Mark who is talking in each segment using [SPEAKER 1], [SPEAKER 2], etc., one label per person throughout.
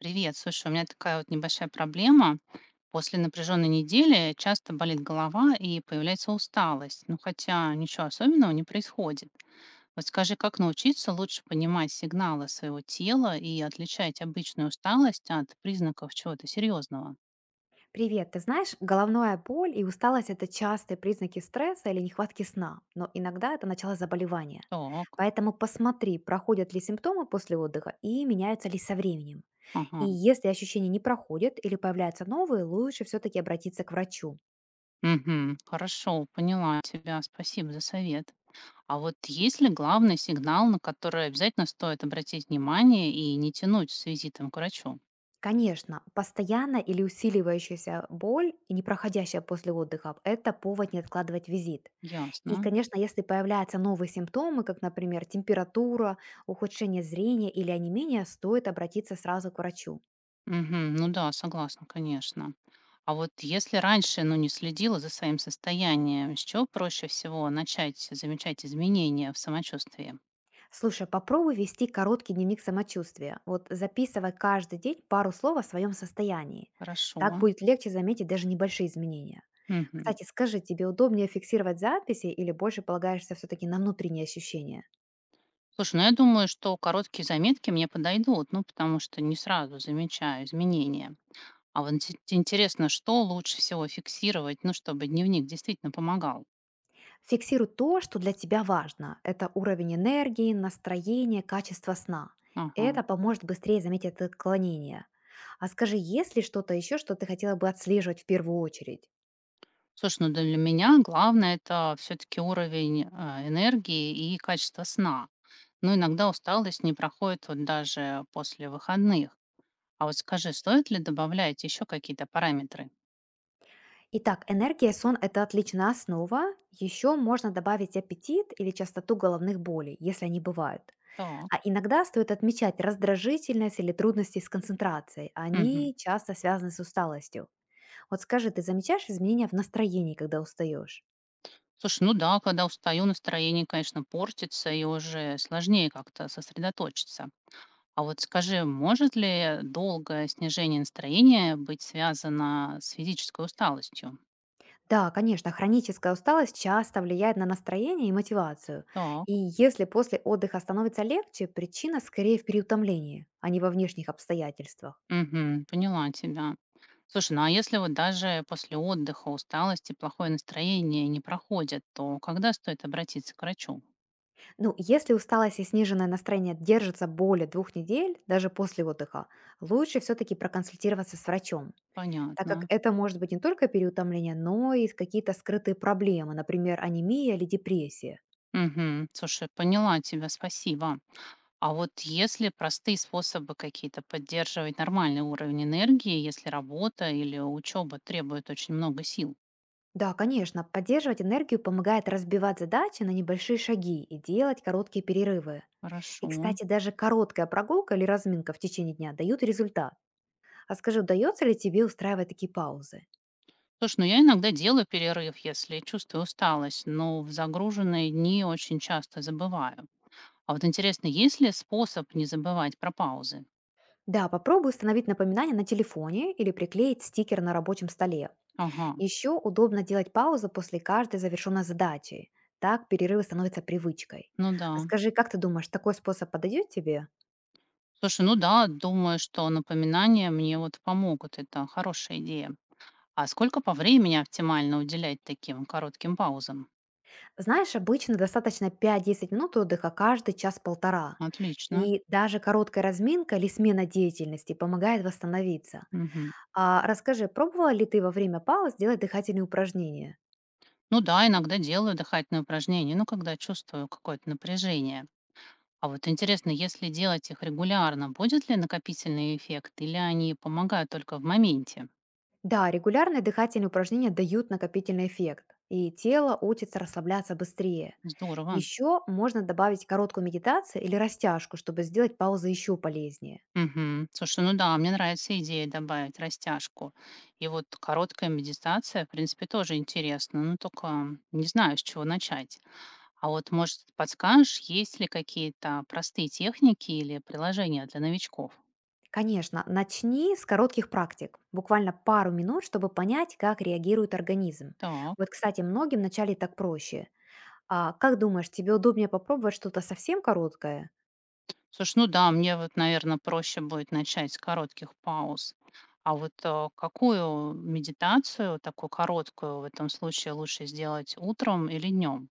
[SPEAKER 1] Привет, слушай, у меня такая вот небольшая проблема. После напряженной недели часто болит голова и появляется усталость. Ну хотя ничего особенного не происходит. Вот скажи, как научиться лучше понимать сигналы своего тела и отличать обычную усталость от признаков чего-то серьезного?
[SPEAKER 2] Привет, ты знаешь, головная боль и усталость– это частые признаки стресса или нехватки сна, но иногда это начало заболевания.
[SPEAKER 1] Так,
[SPEAKER 2] Поэтому посмотри, проходят ли симптомы после отдыха и меняются ли со временем. И
[SPEAKER 1] ага.
[SPEAKER 2] если ощущения не проходят или появляются новые, лучше все-таки обратиться к врачу.
[SPEAKER 1] Угу, хорошо, поняла тебя. Спасибо за совет. А вот есть ли главный сигнал, на который обязательно стоит обратить внимание и не тянуть с визитом к врачу?
[SPEAKER 2] Конечно, постоянная или усиливающаяся боль и непроходящая после отдыха– это повод не откладывать визит. И,
[SPEAKER 1] Ясно.
[SPEAKER 2] конечно, если появляются новые симптомы, как, например, температура, ухудшение зрения или онемение, стоит обратиться сразу к врачу.
[SPEAKER 1] Мгм. Ну да, согласна, конечно. А вот если раньше, ну, не следила за своим состоянием, с чего проще всего начать замечать изменения в самочувствии?
[SPEAKER 2] Слушай, попробуй вести короткий дневник самочувствия. Вот записывай каждый день пару слов о своем состоянии.
[SPEAKER 1] Хорошо.
[SPEAKER 2] Так будет легче заметить даже небольшие изменения.
[SPEAKER 1] Мгм.
[SPEAKER 2] Кстати, скажи, тебе удобнее фиксировать записи или больше полагаешься все-таки на внутренние ощущения?
[SPEAKER 1] Слушай, ну я думаю, что короткие заметки мне подойдут, ну, потому что не сразу замечаю изменения. А вот интересно, что лучше всего фиксировать, ну, чтобы дневник действительно помогал.
[SPEAKER 2] Фиксируй то, что для тебя важно. Это уровень энергии, настроение, качество сна.
[SPEAKER 1] Ага.
[SPEAKER 2] Это поможет быстрее заметить это отклонение. А скажи, есть ли что-то еще, что ты хотела бы отслеживать в первую очередь?
[SPEAKER 1] Слушай, ну для меня главное - это все таки уровень, энергии и качество сна. Но иногда усталость не проходит вот даже после выходных. А вот скажи, стоит ли добавлять еще какие-то параметры?
[SPEAKER 2] Итак, энергия и сон– это отличная основа. Еще можно добавить аппетит или частоту головных болей, если они бывают.
[SPEAKER 1] Так.
[SPEAKER 2] А иногда стоит отмечать раздражительность или трудности с концентрацией.
[SPEAKER 1] Мгм.
[SPEAKER 2] Они часто связаны с усталостью. Вот скажи, ты замечаешь изменения в настроении, когда устаешь?
[SPEAKER 1] Слушай, ну да, когда устаю, настроение, конечно, портится и уже сложнее как-то сосредоточиться. А вот скажи, может ли долгое снижение настроения быть связано с физической усталостью?
[SPEAKER 2] Да, конечно, хроническая усталость часто влияет на настроение и мотивацию.
[SPEAKER 1] Так.
[SPEAKER 2] И если после отдыха становится легче, причина скорее в переутомлении, а не во внешних обстоятельствах.
[SPEAKER 1] Мгм. Поняла тебя. Слушай, ну а если вот даже после отдыха усталость и плохое настроение не проходят, то когда стоит обратиться к врачу?
[SPEAKER 2] Ну, если усталость и сниженное настроение держатся более 2 недель, даже после отдыха, лучше все-таки проконсультироваться с врачом, так как
[SPEAKER 1] Понятно.
[SPEAKER 2] это может быть не только переутомление, но и какие-то скрытые проблемы, например, анемия или депрессия.
[SPEAKER 1] Мгм. Слушай, поняла тебя, спасибо. А вот если простые способы какие-то поддерживать нормальный уровень энергии, если работа или учеба требует очень много сил?
[SPEAKER 2] Да, конечно, поддерживать энергию помогает разбивать задачи на небольшие шаги и делать короткие перерывы. И,
[SPEAKER 1] Хорошо.
[SPEAKER 2] кстати, даже короткая прогулка или разминка в течение дня дают результат. А скажи, удается ли тебе устраивать такие паузы?
[SPEAKER 1] Слушай, ну я иногда делаю перерыв, если чувствую усталость, но в загруженные дни очень часто забываю. А вот интересно, есть ли способ не забывать про паузы?
[SPEAKER 2] Да, попробуй установить напоминание на телефоне или приклеить стикер на рабочем столе.
[SPEAKER 1] Ага,
[SPEAKER 2] Еще удобно делать паузу после каждой завершенной задачи. Так перерывы становятся привычкой.
[SPEAKER 1] ну да.
[SPEAKER 2] А скажи, как ты думаешь, такой способ подойдет тебе?
[SPEAKER 1] Слушай, ну да, думаю, что напоминания мне вот помогут. Это хорошая идея. А сколько по времени оптимально уделять таким коротким паузам?
[SPEAKER 2] Знаешь, обычно достаточно 5-10 минут отдыха каждый час-полтора.
[SPEAKER 1] Отлично.
[SPEAKER 2] И даже короткая разминка или смена деятельности помогает восстановиться.
[SPEAKER 1] Мгм.
[SPEAKER 2] А расскажи, пробовала ли ты во время пауз делать дыхательные упражнения?
[SPEAKER 1] Ну да, иногда делаю дыхательные упражнения, ну когда чувствую какое-то напряжение. А вот интересно, если делать их регулярно, будет ли накопительный эффект или они помогают только в моменте?
[SPEAKER 2] Да, регулярные дыхательные упражнения дают накопительный эффект, и тело учится расслабляться быстрее.
[SPEAKER 1] Здорово.
[SPEAKER 2] Еще можно добавить короткую медитацию или растяжку, чтобы сделать паузы еще полезнее.
[SPEAKER 1] Мгм. Слушай, ну да, мне нравится идея добавить растяжку. И вот короткая медитация, в принципе, тоже интересно, но только не знаю, с чего начать. А вот, может, подскажешь, есть ли какие-то простые техники или приложения для новичков?
[SPEAKER 2] Конечно, начни с коротких практик, буквально пару минут, чтобы понять, как реагирует организм.
[SPEAKER 1] Так.
[SPEAKER 2] Вот, кстати, многим вначале так проще. А как думаешь, тебе удобнее попробовать что-то совсем короткое?
[SPEAKER 1] Слушай, ну да, мне вот, наверное, проще будет начать с коротких пауз. А вот какую медитацию, такую короткую, в этом случае лучше сделать утром или днем?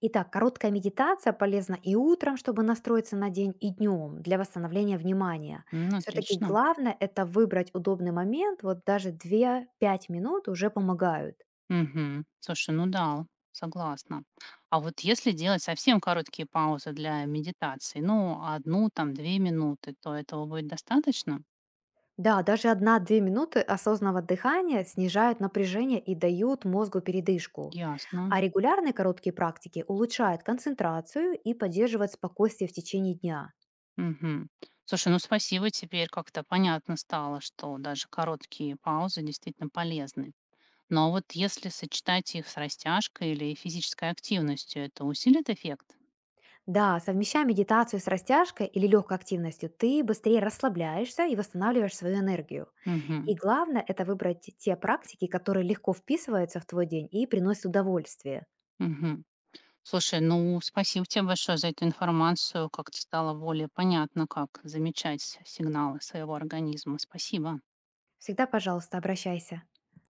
[SPEAKER 2] Итак, короткая медитация полезна и утром, чтобы настроиться на день, и днем для восстановления внимания.
[SPEAKER 1] М,
[SPEAKER 2] Все-таки
[SPEAKER 1] отлично.
[SPEAKER 2] главное это выбрать удобный момент, вот даже 2-5 минут уже помогают.
[SPEAKER 1] Мгм. Слушай, ну да, согласна. А вот если делать совсем короткие паузы для медитации, ну, одну там, 2 минуты, то этого будет достаточно?
[SPEAKER 2] Да, даже 1-2 минуты осознанного дыхания снижают напряжение и дают мозгу передышку.
[SPEAKER 1] Ясно.
[SPEAKER 2] А регулярные короткие практики улучшают концентрацию и поддерживают спокойствие в течение дня.
[SPEAKER 1] Мгм. Слушай, ну спасибо, теперь как-то понятно стало, что даже короткие паузы действительно полезны. Но вот если сочетать их с растяжкой или физической активностью, это усилит эффект?
[SPEAKER 2] Да, совмещая медитацию с растяжкой или легкой активностью, ты быстрее расслабляешься и восстанавливаешь свою энергию. И
[SPEAKER 1] Мгм.
[SPEAKER 2] главное– это выбрать те практики, которые легко вписываются в твой день и приносят удовольствие.
[SPEAKER 1] Слушай, ну, спасибо тебе большое за эту информацию. Как-то стало более понятно, как замечать сигналы своего организма. Спасибо.
[SPEAKER 2] Всегда, пожалуйста, обращайся.